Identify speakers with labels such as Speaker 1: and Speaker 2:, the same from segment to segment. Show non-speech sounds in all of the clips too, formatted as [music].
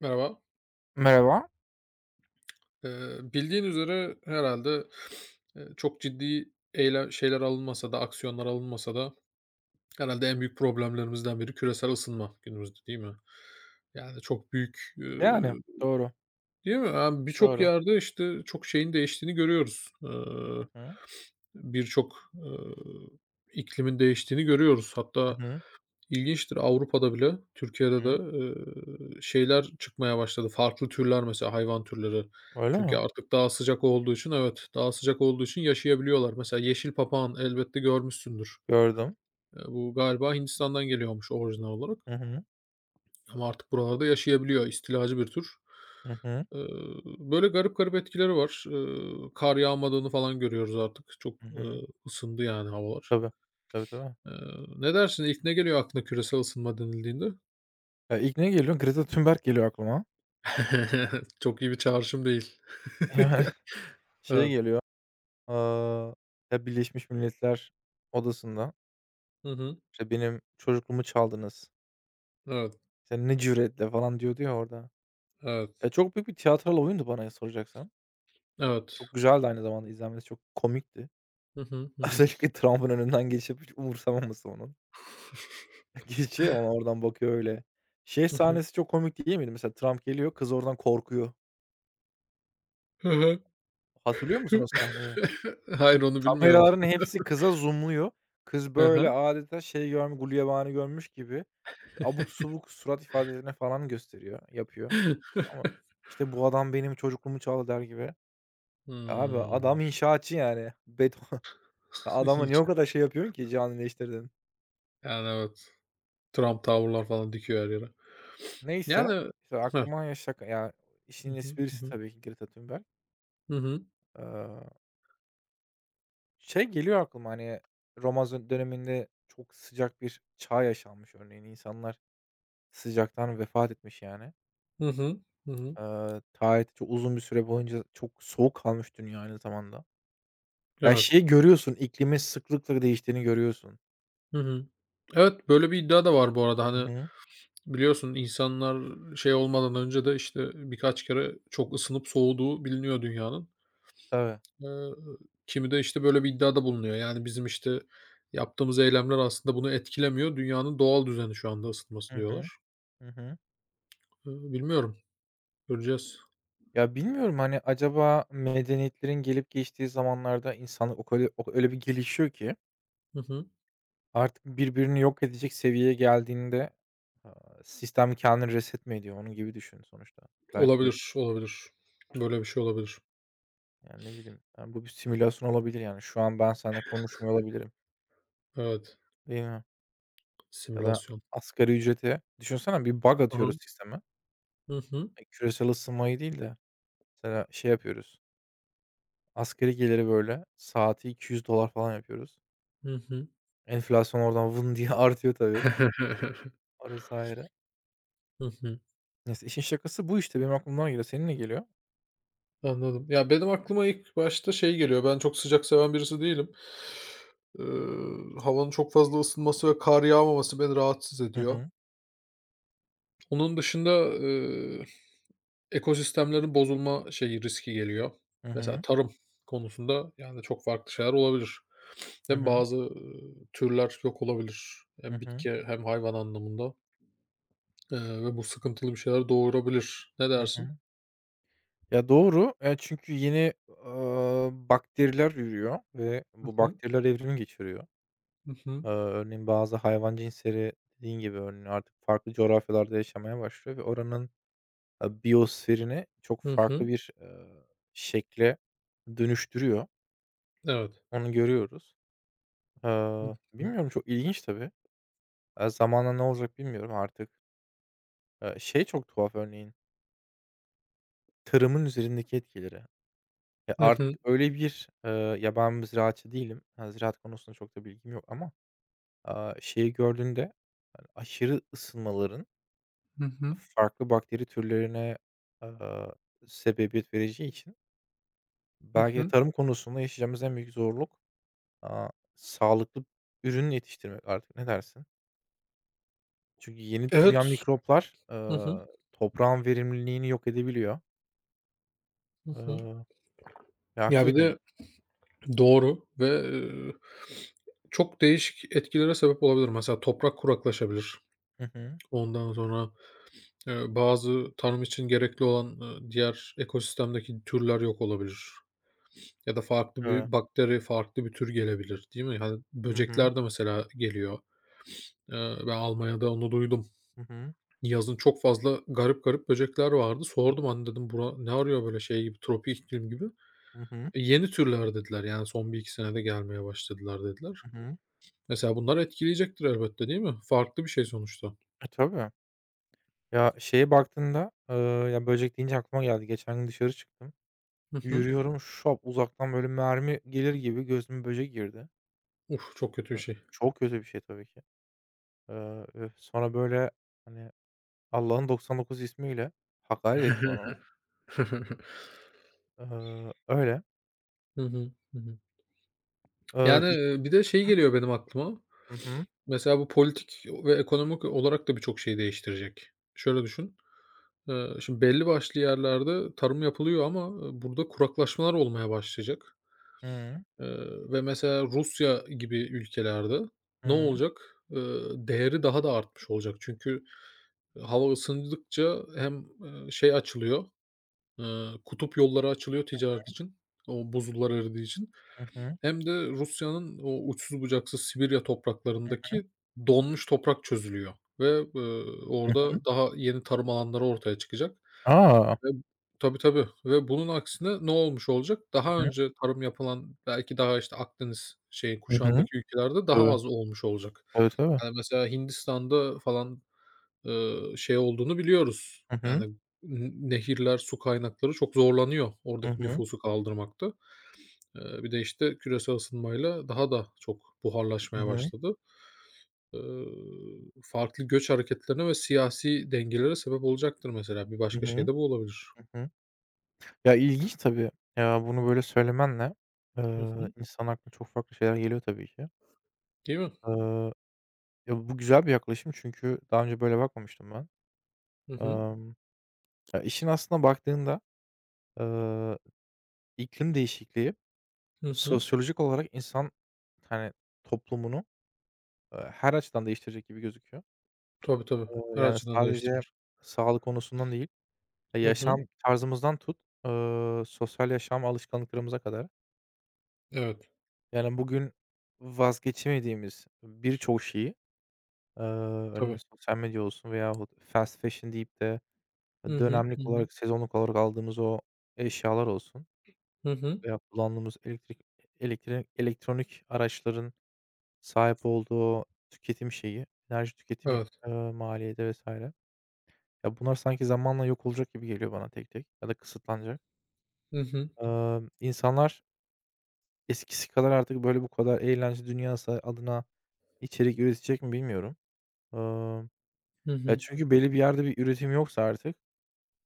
Speaker 1: Merhaba.
Speaker 2: Merhaba.
Speaker 1: Bildiğin üzere herhalde çok ciddi eyle şeyler alınmasa da, aksiyonlar alınmasa da herhalde en büyük problemlerimizden biri küresel ısınma günümüzde, değil mi? Yani çok büyük,
Speaker 2: Yani, doğru,
Speaker 1: değil mi? Yani, birçok
Speaker 2: doğru.
Speaker 1: yerde, işte, çok şeyin değiştiğini görüyoruz.
Speaker 2: Hı
Speaker 1: Iıı,
Speaker 2: hı.
Speaker 1: birçok, iklimin değiştiğini görüyoruz.
Speaker 2: Hı
Speaker 1: Hatta
Speaker 2: hı.
Speaker 1: İlginçtir. Avrupa'da bile, Türkiye'de de,
Speaker 2: Hı.
Speaker 1: şeyler çıkmaya başladı. Farklı türler mesela hayvan türleri.
Speaker 2: Öyle
Speaker 1: Çünkü
Speaker 2: mi?
Speaker 1: artık daha sıcak olduğu için evet, daha sıcak olduğu için yaşayabiliyorlar. Mesela yeşil papağan elbette görmüşsündür.
Speaker 2: Gördüm.
Speaker 1: Bu galiba Hindistan'dan geliyormuş orijinal olarak
Speaker 2: Hı hı.
Speaker 1: ama artık buralarda yaşayabiliyor. İstilacı bir tür.
Speaker 2: Hı hı.
Speaker 1: Eee, böyle garip garip etkileri var. Kar yağmadığını falan görüyoruz artık. Çok,
Speaker 2: Hı hı.
Speaker 1: ısındı yani havalar.
Speaker 2: Tabii. Tabii, tabii.
Speaker 1: Eee, ne dersin? İlk ne geliyor aklına küresel ısınma denildiğinde?
Speaker 2: Ya, ilk ne geliyor? Greta Thunberg geliyor aklıma.
Speaker 1: [laughs] Çok iyi bir çağrışım değil.
Speaker 2: Yani, [laughs] şey
Speaker 1: Evet.
Speaker 2: geliyor, aaa, ya, Birleşmiş Milletler Odası'nda,
Speaker 1: Hı hı.
Speaker 2: işte, "Benim çocukluğumu çaldınız.
Speaker 1: Evet,
Speaker 2: Sen ne cüretle!" falan diyordu ya orada. Ya,
Speaker 1: evet,
Speaker 2: çok büyük bir tiyatral oyundu bana soracaksan.
Speaker 1: evet.
Speaker 2: Çok güzeldi aynı zamanda izlenmesi, çok komikti.
Speaker 1: Hı hı, hı
Speaker 2: [laughs]
Speaker 1: hı.
Speaker 2: Özellikle Trump'ın önünden geçip hiç umursamaması onun. Geçiyor ona oradan bakıyor öyle. Şey
Speaker 1: Hı hı.
Speaker 2: sahnesi çok komik değil miydi? Mesela Trump geliyor, kız oradan korkuyor.
Speaker 1: Hı hı.
Speaker 2: Hatırlıyor musun o sahneyi?
Speaker 1: [laughs] Hayır, onu bilmiyorum.
Speaker 2: Kameraların hepsi kıza zoom'luyor. Kız
Speaker 1: Hı
Speaker 2: böyle
Speaker 1: hı.
Speaker 2: adeta şey görmüş, gulyabani görmüş gibi abuk subuk surat ifadelerini falan gösteriyor, yapıyor ama, işte, "Bu adam benim çocukluğumu çaldı." der gibi. Abi adam
Speaker 1: Hımm.
Speaker 2: inşaatçı yani. [laughs]
Speaker 1: [laughs]
Speaker 2: Adama niye
Speaker 1: Hiç.
Speaker 2: o kadar şey yapıyorsun ki canileştirdin?
Speaker 1: Yani, evet. Trump tavırlar falan dikiyor her yere.
Speaker 2: Neyse,
Speaker 1: Yani
Speaker 2: işte,
Speaker 1: Heh.
Speaker 2: aklıma yaşak. Ya
Speaker 1: Hı
Speaker 2: işin esprisi
Speaker 1: hı.
Speaker 2: tabii ki Greta Thunberg.
Speaker 1: Hı hı.
Speaker 2: Eee Şey geliyor aklıma, hani, Roma döneminde çok sıcak bir çağ yaşanmış örneğin. İnsanlar sıcaktan vefat etmiş yani.
Speaker 1: Hı hı. Hı hı.
Speaker 2: Tarihte çok uzun bir süre boyunca çok soğuk kalmış dünya aynı zamanda. Ya,
Speaker 1: Evet.
Speaker 2: şeyi görüyorsun, iklimin sıklıkla değiştiğini görüyorsun.
Speaker 1: Hı hı. Evet, böyle bir iddia da var bu arada.
Speaker 2: Hı
Speaker 1: Hani,
Speaker 2: hı.
Speaker 1: biliyorsun insanlar şey olmadan önce de, işte, birkaç kere çok ısınıp soğuduğu biliniyor dünyanın.
Speaker 2: Tabii.
Speaker 1: Eee, kimi de, işte, böyle bir iddiada bulunuyor. Yani, bizim, işte, yaptığımız eylemler aslında bunu etkilemiyor. Dünyanın doğal düzeni şu anda ısınması
Speaker 2: Hı
Speaker 1: diyorlar.
Speaker 2: hı. Hı hı.
Speaker 1: Bilmiyorum, göreceğiz.
Speaker 2: Ya, bilmiyorum, hani, acaba medeniyetlerin gelip geçtiği zamanlarda insanlık o kadar o öyle bir gelişiyor ki
Speaker 1: Hı hı.
Speaker 2: artık birbirini yok edecek seviyeye geldiğinde, sistem kendini reset mi ediyor? Onun gibi düşün sonuçta. Belki öyle
Speaker 1: Olabilir, olabilir. Böyle bir şey olabilir.
Speaker 2: yani ne bileyim, yani, bu bir simülasyon olabilir yani. Şu an ben seninle konuşmuyor olabilirim,
Speaker 1: Evet,
Speaker 2: değil mi? Ya da
Speaker 1: simülasyon.
Speaker 2: asgari ücreti düşünsene bir bug
Speaker 1: Hı hı.
Speaker 2: atıyoruz sisteme.
Speaker 1: Hı hı.
Speaker 2: E, küresel ısınmayı değil de mesela şey yapıyoruz, asgari geliri böyle saati $200 falan yapıyoruz.
Speaker 1: Hı hı.
Speaker 2: Enflasyon oradan vın diye [laughs] artıyor tabii.
Speaker 1: [laughs]
Speaker 2: Orası ayrı.
Speaker 1: Hı hı.
Speaker 2: Neyse işin şakası bu işte. Benim aklıma geliyor. Senin ne geliyor?
Speaker 1: Anladım. Ya, benim aklıma ilk başta şey geliyor, ben çok sıcak seven birisi değilim. Eee, havanın çok fazla ısınması ve kar yağmaması beni rahatsız
Speaker 2: Hı
Speaker 1: ediyor.
Speaker 2: hı.
Speaker 1: Onun dışında, ekosistemlerin bozulma şeyi, riski geliyor.
Speaker 2: Hı
Speaker 1: Mesela
Speaker 2: hı.
Speaker 1: tarım konusunda, yani, çok farklı şeyler olabilir.
Speaker 2: Hı
Speaker 1: Hem
Speaker 2: hı.
Speaker 1: bazı, türler yok olabilir
Speaker 2: Hı
Speaker 1: hem
Speaker 2: hı.
Speaker 1: bitki hem hayvan anlamında, ve bu sıkıntılı bir şeyler doğurabilir. Ne
Speaker 2: Hı
Speaker 1: dersin?
Speaker 2: hı. Ya, doğru. Çünkü yeni, bakteriler ürüyor ve
Speaker 1: Hı
Speaker 2: bu
Speaker 1: hı.
Speaker 2: bakteriler evrim geçiriyor.
Speaker 1: Hı hı.
Speaker 2: Örneğin bazı hayvan cinsleri dediğin gibi, örneğin, artık farklı coğrafyalarda yaşamaya başlıyor ve oranın, biyosferini çok
Speaker 1: Hı
Speaker 2: farklı
Speaker 1: hı.
Speaker 2: bir, şekle dönüştürüyor.
Speaker 1: Evet.
Speaker 2: Onu görüyoruz.
Speaker 1: Hı
Speaker 2: Eee,
Speaker 1: hı.
Speaker 2: bilmiyorum, çok ilginç tabii. Zamanla ne olacak bilmiyorum artık. Şey çok tuhaf örneğin, tarımın üzerindeki etkileri. E,
Speaker 1: Hı
Speaker 2: artık
Speaker 1: hı.
Speaker 2: öyle bir, ya, ben bir ziraatçı değilim. Ha, ziraat konusunda çok da bilgim yok ama, şeyi gördüğünde, hani, aşırı ısınmaların
Speaker 1: Hı hı.
Speaker 2: farklı bakteri türlerine, aaa, sebebiyet vereceği için belki de
Speaker 1: Hı.
Speaker 2: tarım konusunda yaşayacağımız en büyük zorluk, aaa, sağlıklı ürün yetiştirmek artık. Ne dersin? Çünkü yeni türeyen
Speaker 1: Evet.
Speaker 2: mikroplar,
Speaker 1: Hı hı.
Speaker 2: toprağın verimliliğini yok edebiliyor.
Speaker 1: Hı hı.
Speaker 2: Aaa, ya,
Speaker 1: Ya,
Speaker 2: haksız
Speaker 1: bir
Speaker 2: mıyım?
Speaker 1: de. Doğru ve, çok değişik etkilere sebep olabilir. Mesela toprak kuraklaşabilir.
Speaker 2: Hı hı.
Speaker 1: Ondan sonra, bazı tarım için gerekli olan, diğer ekosistemdeki türler yok olabilir ya da farklı
Speaker 2: Evet.
Speaker 1: bir bakteri, farklı bir tür gelebilir, değil mi? Hani,
Speaker 2: Hı hı.
Speaker 1: böcekler de mesela geliyor. Ben Almanya'da onu duydum.
Speaker 2: Hı hı.
Speaker 1: Yazın çok fazla garip garip böcekler vardı.
Speaker 2: Hı hı.
Speaker 1: Sordum, "Hani," dedim, "bura ne arıyor böyle şey gibi, tropik iklim gibi?"
Speaker 2: Hı hı.
Speaker 1: "E, yeni türler." dediler. "Yani, son 1-2 senede gelmeye başladılar." dediler.
Speaker 2: Hı hı.
Speaker 1: Mesela bunlar etkileyecektir elbette, değil mi? Farklı bir şey sonuçta.
Speaker 2: E, tabii. Ya, şeye baktığında, ya, böcek deyince aklıma geldi. Geçen gün dışarı çıktım.
Speaker 1: Hı hı.
Speaker 2: Yürüyorum, şap uzaktan böyle mermi gelir gibi gözüme böcek girdi.
Speaker 1: Uf, çok kötü bir
Speaker 2: Hı.
Speaker 1: şey.
Speaker 2: Çok kötü bir şey tabii ki. Üf, sonra böyle, hani, Allah'ın 99 ismiyle hakaret etti bana.
Speaker 1: [laughs] Hı
Speaker 2: Öyle.
Speaker 1: hı. Hı hı. Yani,
Speaker 2: İlk.
Speaker 1: bir de şey geliyor benim aklıma.
Speaker 2: Hı hı.
Speaker 1: Mesela bu politik ve ekonomik olarak da birçok şeyi değiştirecek. Şöyle düşün, şimdi belli başlı yerlerde tarım yapılıyor ama, burada kuraklaşmalar olmaya başlayacak. Eee, ve mesela Rusya gibi ülkelerde ne olacak? Eee, değeri daha da artmış olacak. Çünkü hava ısındıkça hem, şey açılıyor, kutup yolları açılıyor ticaret için, o buzullar eridiği için.
Speaker 2: Hı hı.
Speaker 1: Hem de Rusya'nın o uçsuz bucaksız Sibirya
Speaker 2: Hı hı.
Speaker 1: topraklarındaki donmuş toprak çözülüyor ve,
Speaker 2: Hı hı.
Speaker 1: orada daha yeni tarım alanları ortaya çıkacak
Speaker 2: A! Hı
Speaker 1: ve tabii, tabii ve bunun aksine ne olmuş olacak? Daha
Speaker 2: hı.
Speaker 1: önce tarım yapılan belki daha, işte, Akdeniz şey
Speaker 2: Hı hı.
Speaker 1: kuşağındaki ülkelerde daha
Speaker 2: Tabii.
Speaker 1: az olmuş olacak.
Speaker 2: Tabii, tabii.
Speaker 1: Yani, mesela Hindistan'da falan, şey olduğunu biliyoruz.
Speaker 2: Hı hı.
Speaker 1: Yani, nehirler, su kaynakları çok zorlanıyor
Speaker 2: Hı
Speaker 1: oradaki
Speaker 2: hı.
Speaker 1: nüfusu kaldırmakta. Bir de, işte, küresel ısınmayla daha da çok
Speaker 2: Hı
Speaker 1: buharlaşmaya
Speaker 2: hı.
Speaker 1: başladı. Eee, farklı göç hareketlerine ve siyasi dengelere sebep olacaktır mesela. Bir
Speaker 2: Hı
Speaker 1: başka şey
Speaker 2: hı.
Speaker 1: de bu olabilir.
Speaker 2: Hı hı. Ya, ilginç tabii. Ya, bunu böyle söylemenle,
Speaker 1: Hı hı.
Speaker 2: insanın aklına çok farklı şeyler geliyor tabii ki.
Speaker 1: Değil mi?
Speaker 2: Eee, ya, bu güzel bir yaklaşım çünkü daha önce böyle bakmamıştım ben.
Speaker 1: Hı hı.
Speaker 2: Emm, ya, işin aslına baktığında, eee, iklim değişikliği
Speaker 1: Hı hı.
Speaker 2: sosyolojik olarak insan, hani, toplumunu, her açıdan değiştirecek gibi gözüküyor.
Speaker 1: Tabii, tabii.
Speaker 2: Eee,
Speaker 1: Her
Speaker 2: yani,
Speaker 1: açıdan
Speaker 2: sadece
Speaker 1: değiştirir.
Speaker 2: sağlık konusundan değil,
Speaker 1: Hı hı.
Speaker 2: yaşam tarzımızdan tut, sosyal yaşam alışkanlıklarımıza kadar.
Speaker 1: Evet,
Speaker 2: Yani, bugün vazgeçemediğimiz birçok şeyi, örneğin
Speaker 1: tabii.
Speaker 2: sosyal medya olsun veyahut fast fashion deyip de
Speaker 1: Hı hı. Hı
Speaker 2: dönemlik
Speaker 1: hı.
Speaker 2: olarak, sezonluk olarak aldığımız o eşyalar olsun
Speaker 1: Hı hı.
Speaker 2: veya kullandığımız elektrik elektri elektronik araçların sahip olduğu tüketim şeyi, enerji tüketim,
Speaker 1: Evet.
Speaker 2: maliyeti vesaire. Ya, bunlar sanki zamanla yok olacak gibi geliyor bana tek tek ya da kısıtlanacak.
Speaker 1: Hı hı.
Speaker 2: İnsanlar eskisi kadar artık, böyle, bu kadar eğlence dünyası adına içerik üretecek mi bilmiyorum. Imm,
Speaker 1: Hı
Speaker 2: ya,
Speaker 1: hı.
Speaker 2: çünkü belli bir yerde bir üretim yoksa artık,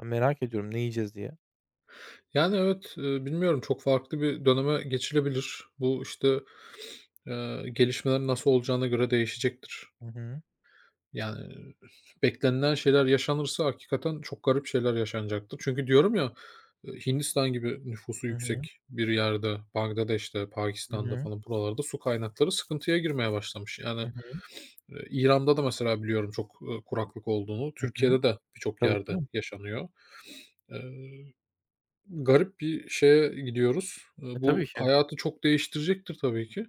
Speaker 2: ben merak ediyorum ne yiyeceğiz diye.
Speaker 1: Yani, evet, bilmiyorum, çok farklı bir döneme geçilebilir. Bu, işte, gelişmelerin nasıl olacağına göre değişecektir.
Speaker 2: Hı hı.
Speaker 1: Yani, beklenilen şeyler yaşanırsa hakikaten çok garip şeyler yaşanacaktır. Çünkü diyorum ya, Hindistan gibi nüfusu
Speaker 2: Hı hı.
Speaker 1: yüksek bir yerde, Bangladeş'te,
Speaker 2: Hı
Speaker 1: Pakistan'da
Speaker 2: hı.
Speaker 1: falan buralarda su kaynakları sıkıntıya girmeye başlamış.
Speaker 2: Hı
Speaker 1: Yani,
Speaker 2: hı.
Speaker 1: İran'da da mesela biliyorum çok, kuraklık olduğunu,
Speaker 2: Hı hı.
Speaker 1: Türkiye'de de birçok
Speaker 2: Tabii,
Speaker 1: yerde
Speaker 2: tabii.
Speaker 1: yaşanıyor. Eee, garip bir şeye gidiyoruz. Eee,
Speaker 2: E, tabii
Speaker 1: bu
Speaker 2: ki.
Speaker 1: hayatı çok değiştirecektir tabii ki.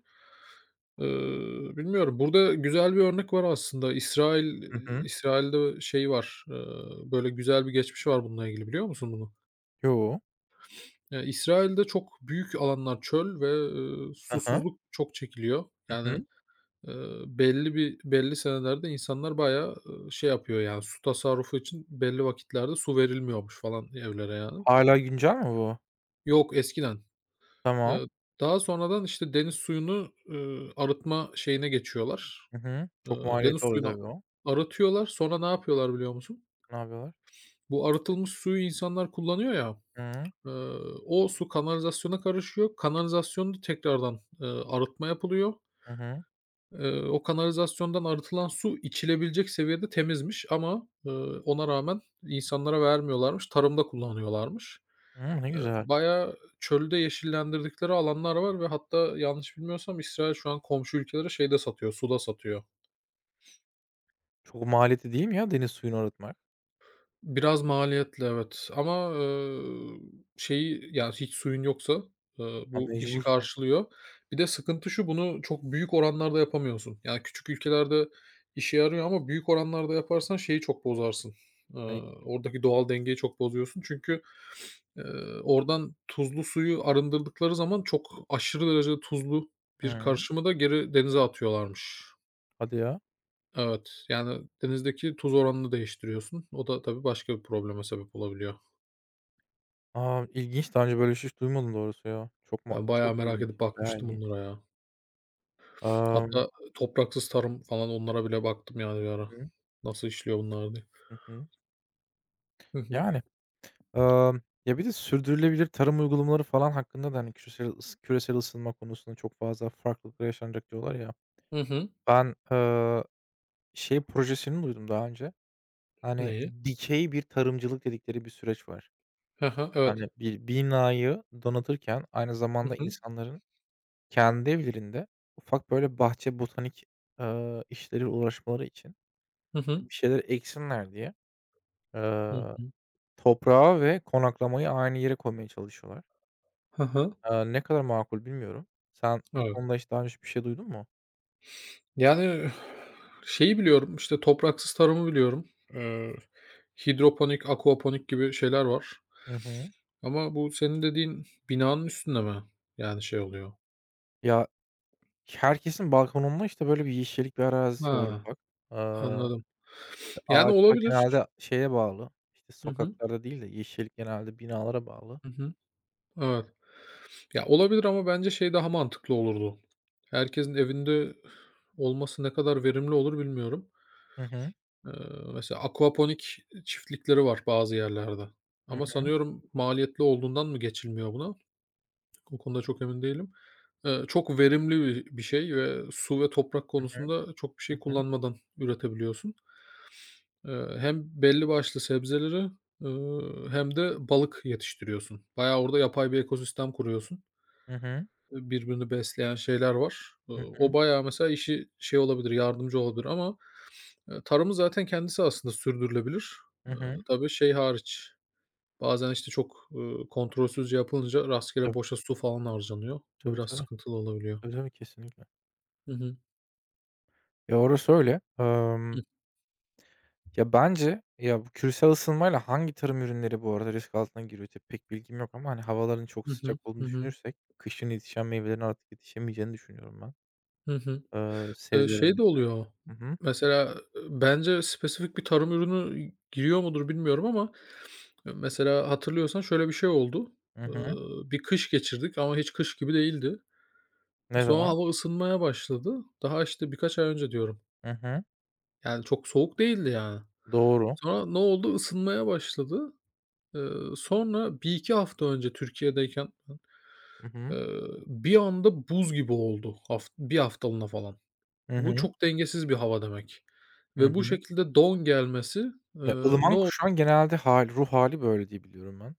Speaker 1: Bilmiyorum. Burada güzel bir örnek var aslında. İsrail
Speaker 2: Hı hı.
Speaker 1: İsrail'de şey var, böyle güzel bir geçmişi var bununla ilgili biliyor musun bunu?
Speaker 2: Yo.
Speaker 1: Ya, İsrail'de çok büyük alanlar çöl ve,
Speaker 2: Hı hı.
Speaker 1: susuzluk çok çekiliyor.
Speaker 2: Hı
Speaker 1: Yani,
Speaker 2: hı.
Speaker 1: belli senelerde insanlar bayağı, şey yapıyor yani su tasarrufu için belli vakitlerde su verilmiyormuş falan evlere yani.
Speaker 2: Hâlâ güncel mi bu?
Speaker 1: Yok eskiden.
Speaker 2: Tamam.
Speaker 1: Iıı, daha sonradan işte deniz suyunu, arıtma şeyine geçiyorlar.
Speaker 2: Hı hı.
Speaker 1: Eee,
Speaker 2: Çok
Speaker 1: deniz
Speaker 2: maliyetli oluyor
Speaker 1: suyunu
Speaker 2: tabii o.
Speaker 1: arıtıyorlar. Sonra ne yapıyorlar biliyor musun?
Speaker 2: Ne yapıyorlar?
Speaker 1: Bu arıtılmış suyu insanlar kullanıyor ya,
Speaker 2: Hıı.
Speaker 1: eee, o su kanalizasyona karışıyor. Kanalizasyonda tekrardan, arıtma yapılıyor.
Speaker 2: Hı hı.
Speaker 1: O kanalizasyondan arıtılan su içilebilecek seviyede temizmiş ama, ona rağmen insanlara vermiyorlarmış, tarımda kullanıyorlarmış.
Speaker 2: Hıı, ne
Speaker 1: Eee,
Speaker 2: güzel.
Speaker 1: bayağı çölde yeşillendirdikleri alanlar var ve hatta yanlış bilmiyorsam İsrail şu an komşu ülkelere şey de satıyor, suda satıyor.
Speaker 2: Çok maliyetli değil mi ya deniz suyunu arıtmak?
Speaker 1: Biraz maliyetli, evet ama, şeyi, ya, hiç suyun yoksa,
Speaker 2: A,
Speaker 1: bu işi
Speaker 2: mecbursun.
Speaker 1: karşılıyor. Bir de sıkıntı şu, bunu çok büyük oranlarda yapamıyorsun. Yani, küçük ülkelerde işe yarıyor ama büyük oranlarda yaparsan şeyi çok bozarsın, eee,
Speaker 2: Ne.
Speaker 1: oradaki doğal dengeyi çok bozuyorsun. Çünkü, eee, oradan tuzlu suyu arındırdıkları zaman çok aşırı derecede tuzlu
Speaker 2: Hı
Speaker 1: bir
Speaker 2: hı.
Speaker 1: karışımı da geri denize atıyorlarmış.
Speaker 2: Hadi ya.
Speaker 1: Evet, yani, denizdeki tuz oranını değiştiriyorsun. O da tabii başka bir probleme sebep olabiliyor.
Speaker 2: A, ilginç. Daha önce böyle bir şey hiç duymadım doğrusu ya. Çok
Speaker 1: Ben
Speaker 2: çok
Speaker 1: bayağı merak
Speaker 2: ilginç.
Speaker 1: edip
Speaker 2: Bayağı
Speaker 1: bakmıştım
Speaker 2: ilginç.
Speaker 1: bunlara ya. Hatta
Speaker 2: Amm
Speaker 1: topraksız tarım falan onlara bile baktım yani bir
Speaker 2: Hı
Speaker 1: ara.
Speaker 2: hı.
Speaker 1: Nasıl işliyor bunlar diye.
Speaker 2: Hı hı.
Speaker 1: Hı hı.
Speaker 2: Yani, emm, ya, bir de sürdürülebilir tarım uygulamaları falan hakkında da, hani, küresel küresel ısınma konusunda çok fazla farklılıklar yaşanacak diyorlar ya.
Speaker 1: Hı hı.
Speaker 2: Ben, şey projesini duydum daha önce. Hani,
Speaker 1: Neyi?
Speaker 2: dikey bir tarımcılık dedikleri bir süreç var.
Speaker 1: Hı hı,
Speaker 2: Hani,
Speaker 1: evet.
Speaker 2: bir binayı donatırken aynı
Speaker 1: Hı
Speaker 2: zamanda
Speaker 1: hı.
Speaker 2: insanların kendi evlerinde ufak, böyle, bahçe, botanik, işleriyle uğraşmaları için
Speaker 1: Hı hı.
Speaker 2: bir şeyler eksinler diye,
Speaker 1: Hı
Speaker 2: eee,
Speaker 1: hı.
Speaker 2: toprağı ve konaklamayı aynı yere koymaya çalışıyorlar.
Speaker 1: Hı hı.
Speaker 2: Ne kadar makul bilmiyorum. Sen bu
Speaker 1: Evet.
Speaker 2: konuda hiç daha önce bir şey duydun mu?
Speaker 1: Yani şeyi biliyorum, işte topraksız tarımı biliyorum. Eee, hidroponik, aquaponik gibi şeyler var.
Speaker 2: Hı hı.
Speaker 1: Ama bu senin dediğin binanın üstünde mi? Yani şey oluyor.
Speaker 2: Ya, herkesin balkonunda, işte, böyle bir yeşillik bir arazisi var
Speaker 1: Ha,
Speaker 2: ufak. Aaa,
Speaker 1: anladım. Yani
Speaker 2: ağaçlar
Speaker 1: olabilir.
Speaker 2: genelde şeye bağlı, işte,
Speaker 1: Hı hı.
Speaker 2: sokaklarda değil de yeşillik genelde binalara bağlı.
Speaker 1: Hı hı. Evet. Ya, olabilir ama bence şey daha mantıklı olurdu. Herkesin evinde olması ne kadar verimli olur bilmiyorum.
Speaker 2: Hı hı.
Speaker 1: Eee, mesela aquaponik çiftlikleri var bazı yerlerde
Speaker 2: Hı
Speaker 1: ama
Speaker 2: hı,
Speaker 1: sanıyorum maliyetli olduğundan mı geçilmiyor buna? O konuda çok emin değilim. Çok verimli bir şey ve su ve toprak
Speaker 2: hı hı,
Speaker 1: konusunda çok bir
Speaker 2: hı
Speaker 1: şey
Speaker 2: hı,
Speaker 1: kullanmadan üretebiliyorsun. Hem belli başlı sebzeleri, hem de balık yetiştiriyorsun. Bayağı orada yapay bir ekosistem kuruyorsun.
Speaker 2: hı hı,
Speaker 1: Birbirini besleyen şeyler var. Eee,
Speaker 2: hı hı,
Speaker 1: o bayağı mesela işi şey olabilir, yardımcı olabilir ama, tarımın zaten kendisi aslında sürdürülebilir.
Speaker 2: hı
Speaker 1: Eee,
Speaker 2: hı.
Speaker 1: tabii şey hariç, bazen, işte, çok, kontrolsüzce yapılınca rastgele
Speaker 2: Tabii,
Speaker 1: boşa su falan harcanıyor. Bu
Speaker 2: tabii,
Speaker 1: biraz
Speaker 2: tabii.
Speaker 1: sıkıntılı olabiliyor.
Speaker 2: Tabii, tabii, kesinlikle.
Speaker 1: Hı hı.
Speaker 2: Ya, orası öyle.
Speaker 1: Hı.
Speaker 2: Ya, bence, ya, bu küresel ısınmayla hangi tarım ürünleri bu arada risk altına giriyor? Tabii pek bilgim yok ama, hani, havaların çok
Speaker 1: Hı hı.
Speaker 2: sıcak olduğunu
Speaker 1: Hı hı.
Speaker 2: düşünürsek kışın yetişen meyvelerin artık yetişemeyeceğini düşünüyorum ben.
Speaker 1: Hı
Speaker 2: Eee,
Speaker 1: hı. Şey
Speaker 2: sebzelerin
Speaker 1: de oluyor
Speaker 2: Hı hı.
Speaker 1: mesela, bence spesifik bir tarım ürünü giriyor mudur bilmiyorum ama, mesela hatırlıyorsan şöyle bir şey oldu.
Speaker 2: Hı
Speaker 1: Eee,
Speaker 2: hı.
Speaker 1: bir kış geçirdik ama hiç kış gibi değildi. E,
Speaker 2: Ne
Speaker 1: Sonra
Speaker 2: zaman?
Speaker 1: hava ısınmaya başladı. Daha, işte, birkaç ay önce diyorum.
Speaker 2: Hı hı.
Speaker 1: Yani, çok soğuk değildi, yani.
Speaker 2: Doğru.
Speaker 1: Sonra ne oldu? Isınmaya başladı. Eee, sonra bir iki hafta önce Türkiye'deyken ben,
Speaker 2: Hı hı.
Speaker 1: bir anda buz gibi oldu 1 haftalığına falan.
Speaker 2: Hı
Speaker 1: Bu
Speaker 2: hı.
Speaker 1: çok dengesiz bir hava demek
Speaker 2: Hı
Speaker 1: ve bu
Speaker 2: hı.
Speaker 1: şekilde don gelmesi,
Speaker 2: Ya,
Speaker 1: ne
Speaker 2: ılıman
Speaker 1: oldu?
Speaker 2: kuşağın genelde ruh hali böyle diye biliyorum ben.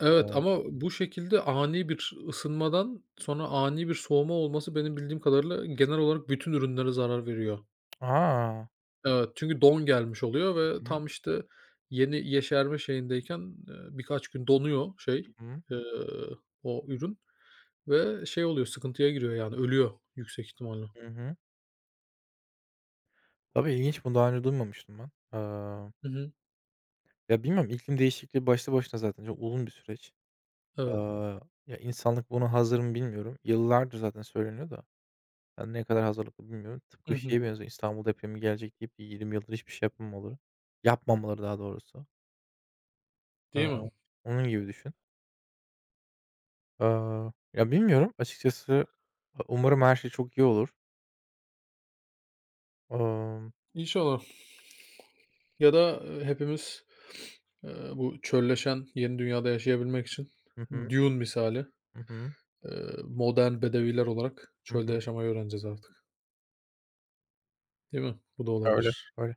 Speaker 1: Evet
Speaker 2: Eee
Speaker 1: ama bu şekilde ani bir ısınmadan sonra ani bir soğuma olması benim bildiğim kadarıyla genel olarak bütün ürünlere zarar veriyor.
Speaker 2: A!
Speaker 1: Evet, çünkü don gelmiş oluyor ve
Speaker 2: Hı hı.
Speaker 1: tam, işte, yeni yeşerme şeyindeyken, birkaç gün donuyor şey, eee, o ürün ve şey oluyor, sıkıntıya giriyor, yani, ölüyor yüksek ihtimalle.
Speaker 2: Hı hı. Tabii ilginç. Bunu daha önce duymamıştım ben. Eee,
Speaker 1: Hı hı.
Speaker 2: ya, bilmiyorum iklim değişikliği başlı başına zaten çok uzun bir süreç.
Speaker 1: Evet.
Speaker 2: Aaa, ya, insanlık buna hazır mı bilmiyorum. Yıllardır zaten söyleniyor da ben ne kadar hazırlıklı bilmiyorum.
Speaker 1: Hı
Speaker 2: Tıpkı
Speaker 1: hı.
Speaker 2: şeye benziyor, İstanbul depremi gelecek deyip 20 yıldır hiçbir şey yapmamaları, yapmamaları daha doğrusu.
Speaker 1: Değil mi?
Speaker 2: Aaa, onun gibi düşün. Ya, bilmiyorum açıkçası. Umarım her şey çok iyi olur. Amm
Speaker 1: İnşallah. Ya da, hepimiz, bu çölleşen yeni dünyada yaşayabilmek için
Speaker 2: Hı hı.
Speaker 1: Dune misali,
Speaker 2: Hı hı.
Speaker 1: modern bedeviler olarak
Speaker 2: Hı
Speaker 1: çölde
Speaker 2: hı.
Speaker 1: yaşamayı öğreneceğiz artık. Değil mi? Bu da
Speaker 2: Öyle,
Speaker 1: olabilir.
Speaker 2: öyle.